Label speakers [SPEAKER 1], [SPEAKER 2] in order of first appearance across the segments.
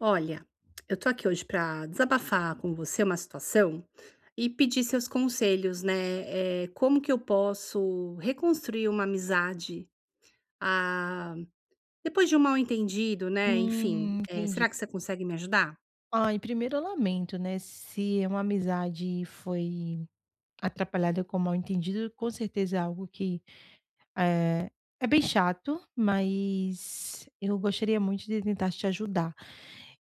[SPEAKER 1] Olha, eu tô aqui hoje para desabafar com você uma situação e pedir seus conselhos, né? Como que eu posso reconstruir uma amizade ah, depois de um mal-entendido, né? Enfim,
[SPEAKER 2] Entendi.
[SPEAKER 1] será que você consegue me ajudar?
[SPEAKER 2] Ai, primeiro eu lamento, né, se uma amizade foi atrapalhada com mal-entendido, com certeza é algo que, é é bem chato, mas eu gostaria muito de tentar te ajudar.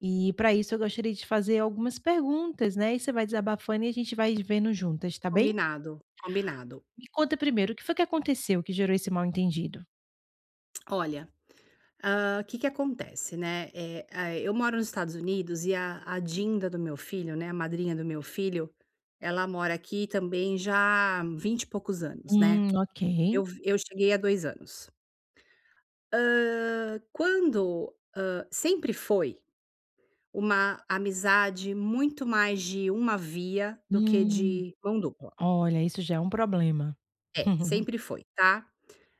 [SPEAKER 2] E para isso eu gostaria de fazer algumas perguntas, né, e você vai desabafando e a gente vai vendo juntas, tá bem?
[SPEAKER 1] Combinado, combinado.
[SPEAKER 2] Me conta primeiro, o que foi que aconteceu que gerou esse mal-entendido?
[SPEAKER 1] Olha, o que que acontece, né? Eu moro nos Estados Unidos e a Dinda do meu filho, né? A madrinha do meu filho, ela mora aqui também já há 20 e poucos anos, né?
[SPEAKER 2] Ok.
[SPEAKER 1] Eu cheguei a 2 anos. Sempre foi uma amizade muito mais de uma via do que
[SPEAKER 2] Hum,
[SPEAKER 1] de mão dupla.
[SPEAKER 2] olha, isso já é um problema.
[SPEAKER 1] É, sempre foi, tá.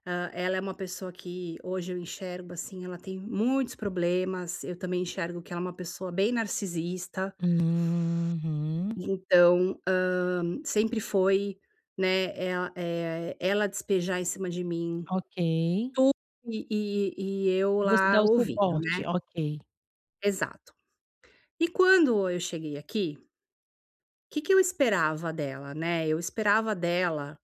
[SPEAKER 1] Ela é uma pessoa que hoje eu enxergo, assim, ela tem muitos problemas, eu também enxergo que ela é uma pessoa bem narcisista,
[SPEAKER 2] Uhum.
[SPEAKER 1] então, sempre foi, né, ela despejar em cima de mim
[SPEAKER 2] Ok.
[SPEAKER 1] tudo e eu
[SPEAKER 2] E você
[SPEAKER 1] lá
[SPEAKER 2] dá o
[SPEAKER 1] ouvindo, né.
[SPEAKER 2] suporte, ok.
[SPEAKER 1] Exato. E quando eu cheguei aqui, o que que eu esperava dela, né, eu esperava dela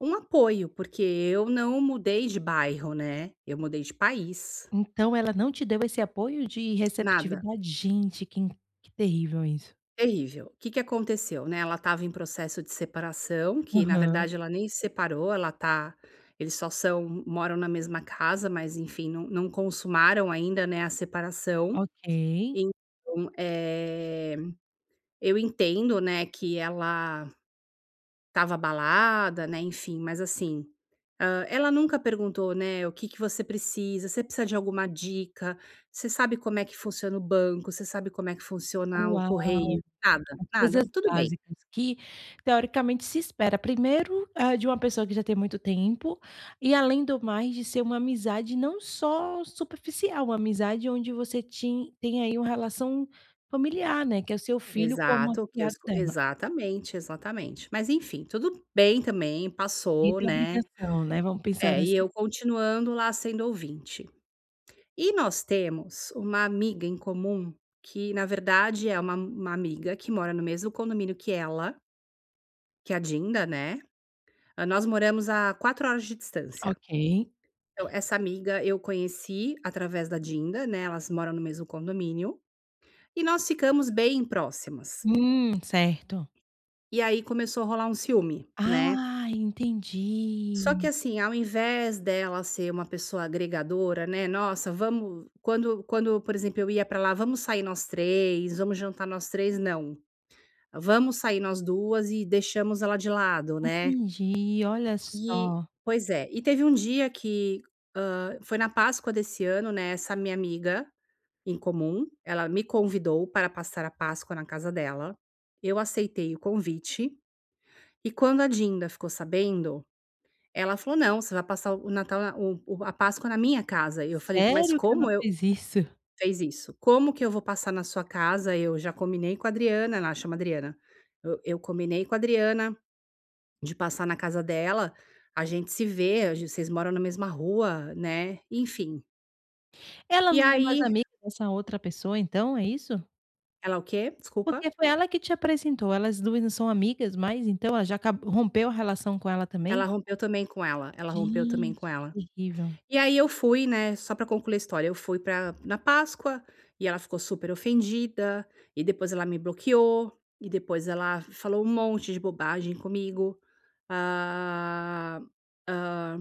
[SPEAKER 1] um apoio, porque eu não mudei de bairro, né, eu mudei de país,
[SPEAKER 2] Então ela não te deu esse apoio de
[SPEAKER 1] nada,
[SPEAKER 2] receptividade? Gente, que terrível isso.
[SPEAKER 1] terrível. O que que aconteceu, né, ela estava em processo de separação, que na
[SPEAKER 2] Aham,
[SPEAKER 1] verdade ela nem se separou, ela tá eles só são moram na mesma casa, mas enfim, não consumaram ainda, né, a separação.
[SPEAKER 2] ok.
[SPEAKER 1] Então, eu entendo, né, que ela estava abalada, né, enfim, mas assim, ela nunca perguntou, né: "O que que você precisa? Você precisa de alguma dica? Você sabe como é que funciona o banco? Você sabe como é que funciona o
[SPEAKER 2] Uau,
[SPEAKER 1] correio?" Nada, nada.
[SPEAKER 2] coisas
[SPEAKER 1] Tudo bem.
[SPEAKER 2] básicas que teoricamente se espera primeiro, ah, de uma pessoa que já tem muito tempo, e além do mais de ser uma amizade não só superficial, uma amizade onde você tin tem aí uma relação familiar, né, que é o seu filho como
[SPEAKER 1] Exato, o que eu
[SPEAKER 2] afilhado
[SPEAKER 1] esco
[SPEAKER 2] dela.
[SPEAKER 1] exatamente, exatamente. Mas enfim, tudo bem também,
[SPEAKER 2] Ninguém
[SPEAKER 1] passou,
[SPEAKER 2] tem
[SPEAKER 1] né.
[SPEAKER 2] obrigação, né, vamos pensar
[SPEAKER 1] É, e
[SPEAKER 2] assim.
[SPEAKER 1] eu continuando lá sendo ouvinte. E nós temos uma amiga em comum que, na verdade, é uma amiga que mora no mesmo condomínio que ela. Que é a Dinda, né. Nós moramos a 4 horas de distância.
[SPEAKER 2] Ok.
[SPEAKER 1] Então, essa amiga eu conheci através da Dinda, né, elas moram no mesmo condomínio, e nós ficamos bem próximas.
[SPEAKER 2] Certo.
[SPEAKER 1] E aí começou a rolar um ciúme, né.
[SPEAKER 2] Ah,
[SPEAKER 1] Só que assim, ao invés dela ser uma pessoa agregadora, né, "Nossa, vamos", quando, por exemplo, eu ia pra lá: "Vamos sair nós 3, vamos jantar nós 3, não. Vamos sair nós 2 e deixamos ela de lado", né.
[SPEAKER 2] entendi, olha
[SPEAKER 1] E
[SPEAKER 2] só.
[SPEAKER 1] pois é. E teve um dia que, foi na Páscoa desse ano, né, essa minha amiga em comum, ela me convidou para passar a Páscoa na casa dela. Eu aceitei o convite e, quando a Dinda ficou sabendo, ela falou: "Não, você vai passar o Natal na o a Páscoa na minha casa". E eu falei: "Mas
[SPEAKER 2] Sério que ela
[SPEAKER 1] como eu"
[SPEAKER 2] fez isso?
[SPEAKER 1] fez isso. "Como que eu vou passar na sua casa? Eu já combinei com a Adriana", ela chama Adriana. "Eu combinei com a Adriana de passar na casa dela, a gente se vê, a gen vocês moram na mesma rua", né, enfim.
[SPEAKER 2] Ela
[SPEAKER 1] E
[SPEAKER 2] não é mais
[SPEAKER 1] aí
[SPEAKER 2] amiga dessa outra pessoa então, é isso?
[SPEAKER 1] ela o quê? Desculpa?
[SPEAKER 2] Porque foi ela que te apresentou, elas 2 não são amigas mais, então ela já acab rompeu a relação com ela
[SPEAKER 1] Ela
[SPEAKER 2] também?
[SPEAKER 1] rompeu também com ela, ela rompeu também com
[SPEAKER 2] Gente, que
[SPEAKER 1] ela.
[SPEAKER 2] terrível.
[SPEAKER 1] E aí eu fui, né, só pra concluir a história, eu fui pra na Páscoa, e ela ficou super ofendida, e depois ela me bloqueou, e depois ela falou um monte de bobagem comigo. Ah, ah,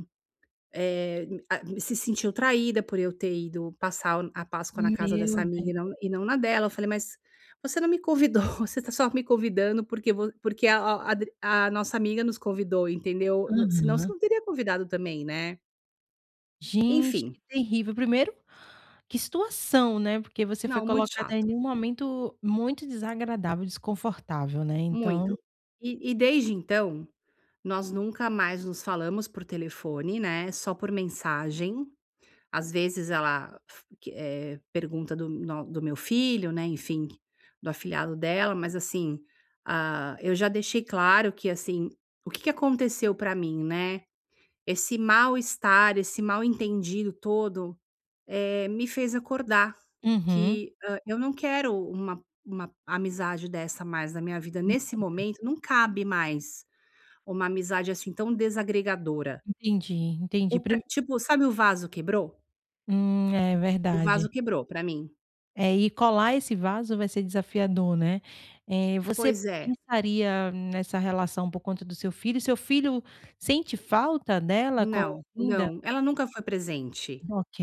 [SPEAKER 1] Eh, a Se sentiu traída por eu ter ido passar a Páscoa na
[SPEAKER 2] Meu
[SPEAKER 1] casa dessa
[SPEAKER 2] Deus.
[SPEAKER 1] amiga e não na dela. Eu falei: "Mas você não me convidou, você está só me convidando porque a nossa amiga nos convidou, entendeu? No senão você
[SPEAKER 2] Aham.
[SPEAKER 1] não teria convidado também, né".
[SPEAKER 2] Gente,
[SPEAKER 1] Enfim,
[SPEAKER 2] que terrível. Primeiro, que situação, né, porque você foi
[SPEAKER 1] não, muito
[SPEAKER 2] colocada
[SPEAKER 1] chato,
[SPEAKER 2] em um momento muito desagradável, desconfortável, né, então
[SPEAKER 1] muito. E desde então, nós nunca mais nos falamos por telefone, né, só por mensagem. Às vezes ela pergunta do no do meu filho, né, enfim, do afilhado dela, mas assim, eu já deixei claro que, assim, o que que aconteceu pra mim, né. Esse mal-estar, esse mal-entendido todo, me fez acordar
[SPEAKER 2] Uhum.
[SPEAKER 1] que, eu não quero uma amizade dessa mais na minha vida.
[SPEAKER 2] En
[SPEAKER 1] Nesse momento, não cabe mais uma amizade, assim, tão desagregadora.
[SPEAKER 2] entendi, entendi.
[SPEAKER 1] O pra
[SPEAKER 2] Prime
[SPEAKER 1] Tipo, sabe, o vaso quebrou?
[SPEAKER 2] Hum, é
[SPEAKER 1] O
[SPEAKER 2] verdade.
[SPEAKER 1] vaso quebrou pra mim.
[SPEAKER 2] É, e colar esse vaso vai ser desafiador, né. É você
[SPEAKER 1] Pois é.
[SPEAKER 2] pensaria nessa relação por conta do seu filho? Seu filho sente falta dela como
[SPEAKER 1] Não,
[SPEAKER 2] linda?
[SPEAKER 1] não, ela nunca foi presente,
[SPEAKER 2] Ok.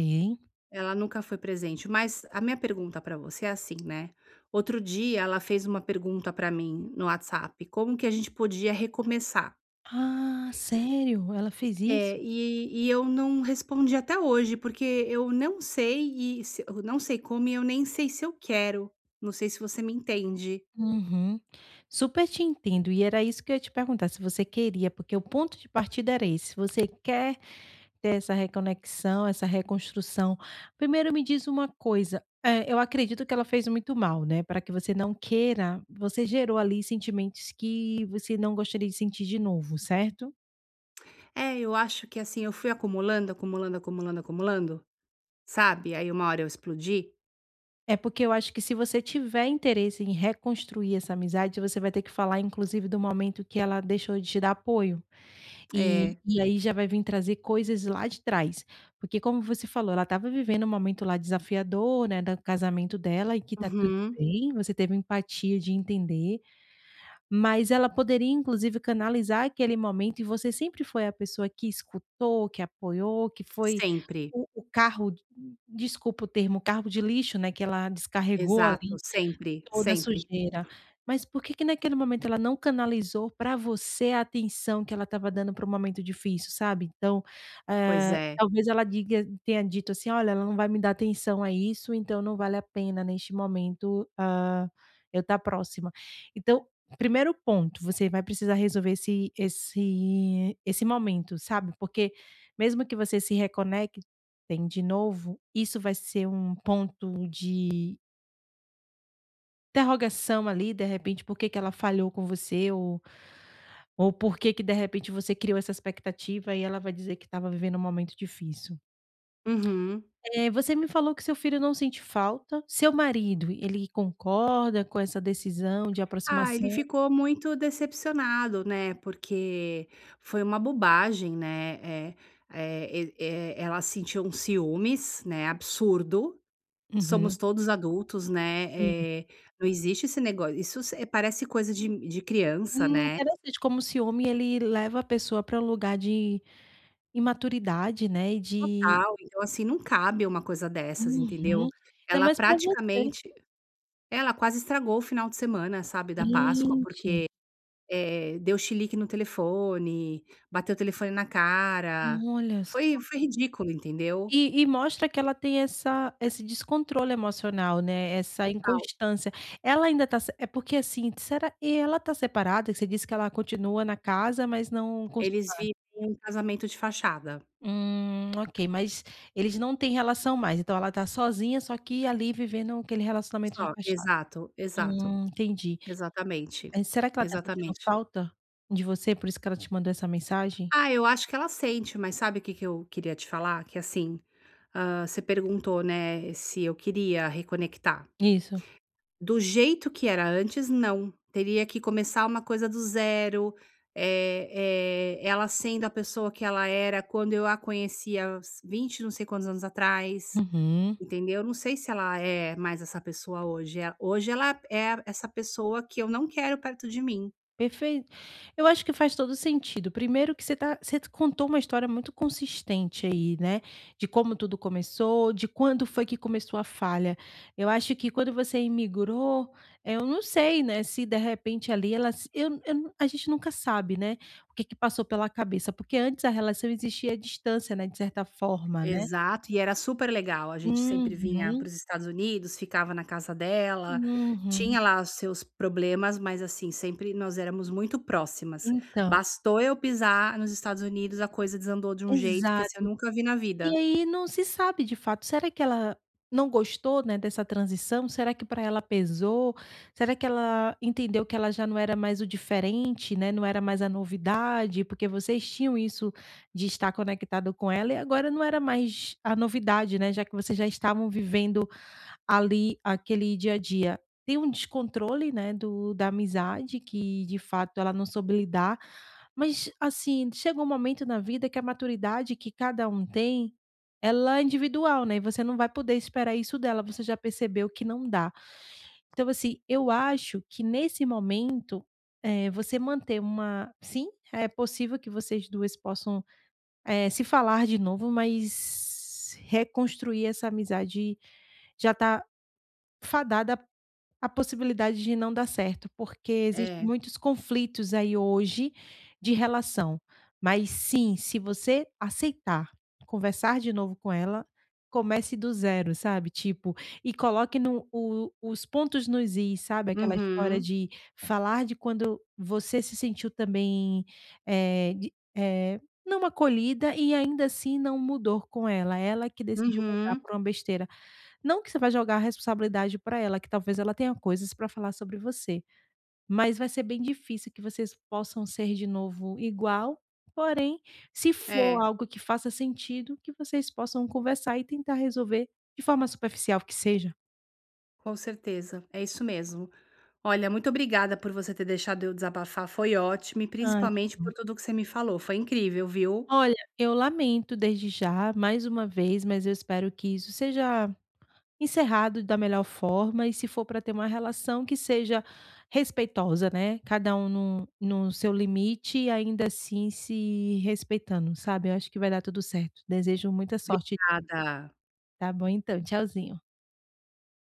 [SPEAKER 1] ela nunca foi presente, mas a minha pergunta pra você é assim, né, outro dia ela fez uma pergunta pra mim no WhatsApp, como que a gente podia recomeçar.
[SPEAKER 2] Ah, sério? Ela fez isso?
[SPEAKER 1] É, e eu não respondi até hoje, porque eu não sei, e se eu não sei como e eu nem sei se eu quero, não sei se você me entende.
[SPEAKER 2] Uhum. Super te entendo, e era isso que eu ia te perguntar, se você queria, porque o ponto de partida era esse, você quer ter essa reconexão, essa reconstrução. Primeiro me diz uma coisa, eu acredito que ela fez muito mal, né, para que você não queira, você gerou ali sentimentos que você não gostaria de sentir de novo, certo?
[SPEAKER 1] É, eu acho que, assim, eu fui acumulando, acumulando, acumulando, acumulando, sabe, aí uma hora eu explodi.
[SPEAKER 2] É porque eu acho que se você tiver interesse em reconstruir essa amizade, você vai ter que falar inclusive do momento que ela deixou de te dar apoio. E
[SPEAKER 1] É.
[SPEAKER 2] e aí já vai vir trazer coisas lá de trás, porque como você falou, ela estava vivendo um momento lá desafiador, né, do casamento dela, e que tá tudo
[SPEAKER 1] Uhum.
[SPEAKER 2] bem, você teve empatia de entender, mas ela poderia inclusive canalizar aquele momento, e você sempre foi a pessoa que escutou, que apoiou, que foi
[SPEAKER 1] Sempre.
[SPEAKER 2] o carro, desculpa o termo, carro de lixo, né, que ela descarregou
[SPEAKER 1] Exato,
[SPEAKER 2] ali.
[SPEAKER 1] sempre,
[SPEAKER 2] Toda a
[SPEAKER 1] sempre.
[SPEAKER 2] sujeira. Mas por que que naquele momento ela não canalizou para você a atenção que ela estava dando para um momento difícil, sabe. Então,
[SPEAKER 1] Pois é.
[SPEAKER 2] talvez ela diga tenha dito assim: "Olha, ela não vai me dar atenção a isso, então não vale a pena neste momento, ah, eu estar próxima". Então, primeiro ponto, você vai precisar resolver esse momento, sabe, porque mesmo que você se reconectem de novo, isso vai ser um ponto de interrogação ali, de repente, por que que ela falhou com você, ou por que que, de repente, você criou essa expectativa e ela vai dizer que estava vivendo um momento difícil.
[SPEAKER 1] Uhum.
[SPEAKER 2] Você me falou que seu filho não sente falta. Seu marido, ele concorda com essa decisão de
[SPEAKER 1] Ah, ele
[SPEAKER 2] aproximação?
[SPEAKER 1] ficou muito decepcionado, né, porque foi uma bobagem, né, ela sentiu um ciúmes, né, absurdo, somos
[SPEAKER 2] Uhum.
[SPEAKER 1] todos adultos, né,
[SPEAKER 2] Sim.
[SPEAKER 1] não existe esse negócio, isso s parece coisa de criança, né,
[SPEAKER 2] Interessante como o ciúme ele leva a pessoa para um lugar de imaturidade, né, e de
[SPEAKER 1] total, então assim, não cabe uma coisa dessas, entendeu.
[SPEAKER 2] uhum. Ainda
[SPEAKER 1] Ela
[SPEAKER 2] mais para você.
[SPEAKER 1] praticamente ela quase estragou o final de semana, sabe, da Páscoa,
[SPEAKER 2] Gente,
[SPEAKER 1] porque deu chilique no telefone, bateu o telefone na cara,
[SPEAKER 2] olha.
[SPEAKER 1] foi ridículo, entendeu.
[SPEAKER 2] E mostra que ela tem essa esse descontrole emocional, né, essa
[SPEAKER 1] Total,
[SPEAKER 2] inconstância. Ela ainda tá se é porque, assim, será e ela tá separada? Que você disse que ela continua na casa, mas não
[SPEAKER 1] eles
[SPEAKER 2] consumaram.
[SPEAKER 1] vivem um casamento de fachada,
[SPEAKER 2] Ok, mas eles não têm relação mais, então ela tá sozinha, só que ali vivendo aquele relacionamento de
[SPEAKER 1] só.
[SPEAKER 2] fachada.
[SPEAKER 1] Exato, exato,
[SPEAKER 2] Entendi.
[SPEAKER 1] exatamente,
[SPEAKER 2] Será que ela tá sentindo
[SPEAKER 1] exatamente.
[SPEAKER 2] falta de você, por isso que ela te mandou essa mensagem?
[SPEAKER 1] Ah, eu acho que ela sente, mas sabe o que que eu queria te falar? Que assim, você perguntou, né, se eu queria reconectar.
[SPEAKER 2] Isso.
[SPEAKER 1] Do jeito que era antes, não. Teria que começar uma coisa do zero, ela sendo a pessoa que ela era quando eu a conhecia há uns, não sei quantos anos atrás,
[SPEAKER 2] Uhum.
[SPEAKER 1] entendeu. Não sei se ela é mais essa pessoa hoje, hoje ela é essa pessoa que eu não quero perto de mim.
[SPEAKER 2] Perfeito. Eu acho que faz todo sentido. Primeiro que você tá, você contou uma história muito consistente aí, né, de como tudo começou, de quando foi que começou a falha. Eu acho que quando você imigrou, eu não sei, né, se de repente ali ela se eu eu não a gente nunca sabe, né, o que que passou pela cabeça, porque antes a relação existia à distância, né, de certa forma, né.
[SPEAKER 1] Exato, e era super legal, a gente sempre vinha para
[SPEAKER 2] Uhum,
[SPEAKER 1] os Estados Unidos, ficava na casa dela,
[SPEAKER 2] uhum.
[SPEAKER 1] tinha lá os seus problemas, mas assim, sempre nós éramos muito próximas.
[SPEAKER 2] Então,
[SPEAKER 1] Bastou eu pisar nos Estados Unidos, a coisa desandou de um jeito que, assim, eu
[SPEAKER 2] exato.
[SPEAKER 1] nunca vi na
[SPEAKER 2] E
[SPEAKER 1] vida.
[SPEAKER 2] aí não se sabe de fato, será que ela não gostou, né, dessa transição? Será que para ela pesou? Será que ela entendeu que ela já não era mais o diferente, né, não era mais a novidade? Porque vocês tinham isso de estar conectado com ela e agora não era mais a novidade, né, já que vocês já estavam vivendo ali aquele dia a dia. Tem um descontrole, né, do da amizade que de fato ela não soube lidar, mas, assim, chega um momento na vida que a maturidade que cada um tem, ela é individual, né, e você não vai poder esperar isso dela, você já percebeu que não dá. Então, assim, eu acho que nesse momento, eh, você manter uma sim, é possível que vocês 2 possam, se falar de novo, mas reconstruir essa amizade já está fadada a possibilidade de não dar certo, porque existe
[SPEAKER 1] É.
[SPEAKER 2] muitos conflitos aí hoje de relação. Mas sim, se você aceitar conversar de novo com ela, comece do zero, sabe, tipo, e coloque no o os pontos nos is, sabe, aquela história
[SPEAKER 1] Uhum,
[SPEAKER 2] de falar de quando você se sentiu também, não acolhida, e ainda assim não mudou com ela, ela que decidiu mudar
[SPEAKER 1] uhum.
[SPEAKER 2] por uma besteira. Não que você vai jogar a responsabilidade para ela, que talvez ela tenha coisas para falar sobre você, mas vai ser bem difícil que vocês possam ser de novo igual, porém, se
[SPEAKER 1] É,
[SPEAKER 2] for algo que faça sentido, que vocês possam conversar e tentar resolver de forma superficial que seja.
[SPEAKER 1] com certeza, é isso mesmo. Olha, muito obrigada por você ter deixado eu desabafar, foi ótimo, e
[SPEAKER 2] Ai, que
[SPEAKER 1] principalmente por
[SPEAKER 2] bom.
[SPEAKER 1] tudo que você me falou, foi incrível, viu.
[SPEAKER 2] Olha, eu lamento desde já, mais uma vez, mas eu espero que isso seja encerrado da melhor forma, e se for para ter uma relação que seja respeitosa, né, cada um no seu limite e ainda assim se respeitando, sabe. Eu acho que vai dar tudo certo. Desejo muita sorte,
[SPEAKER 1] Obrigada.
[SPEAKER 2] tá bom então, tchauzinho.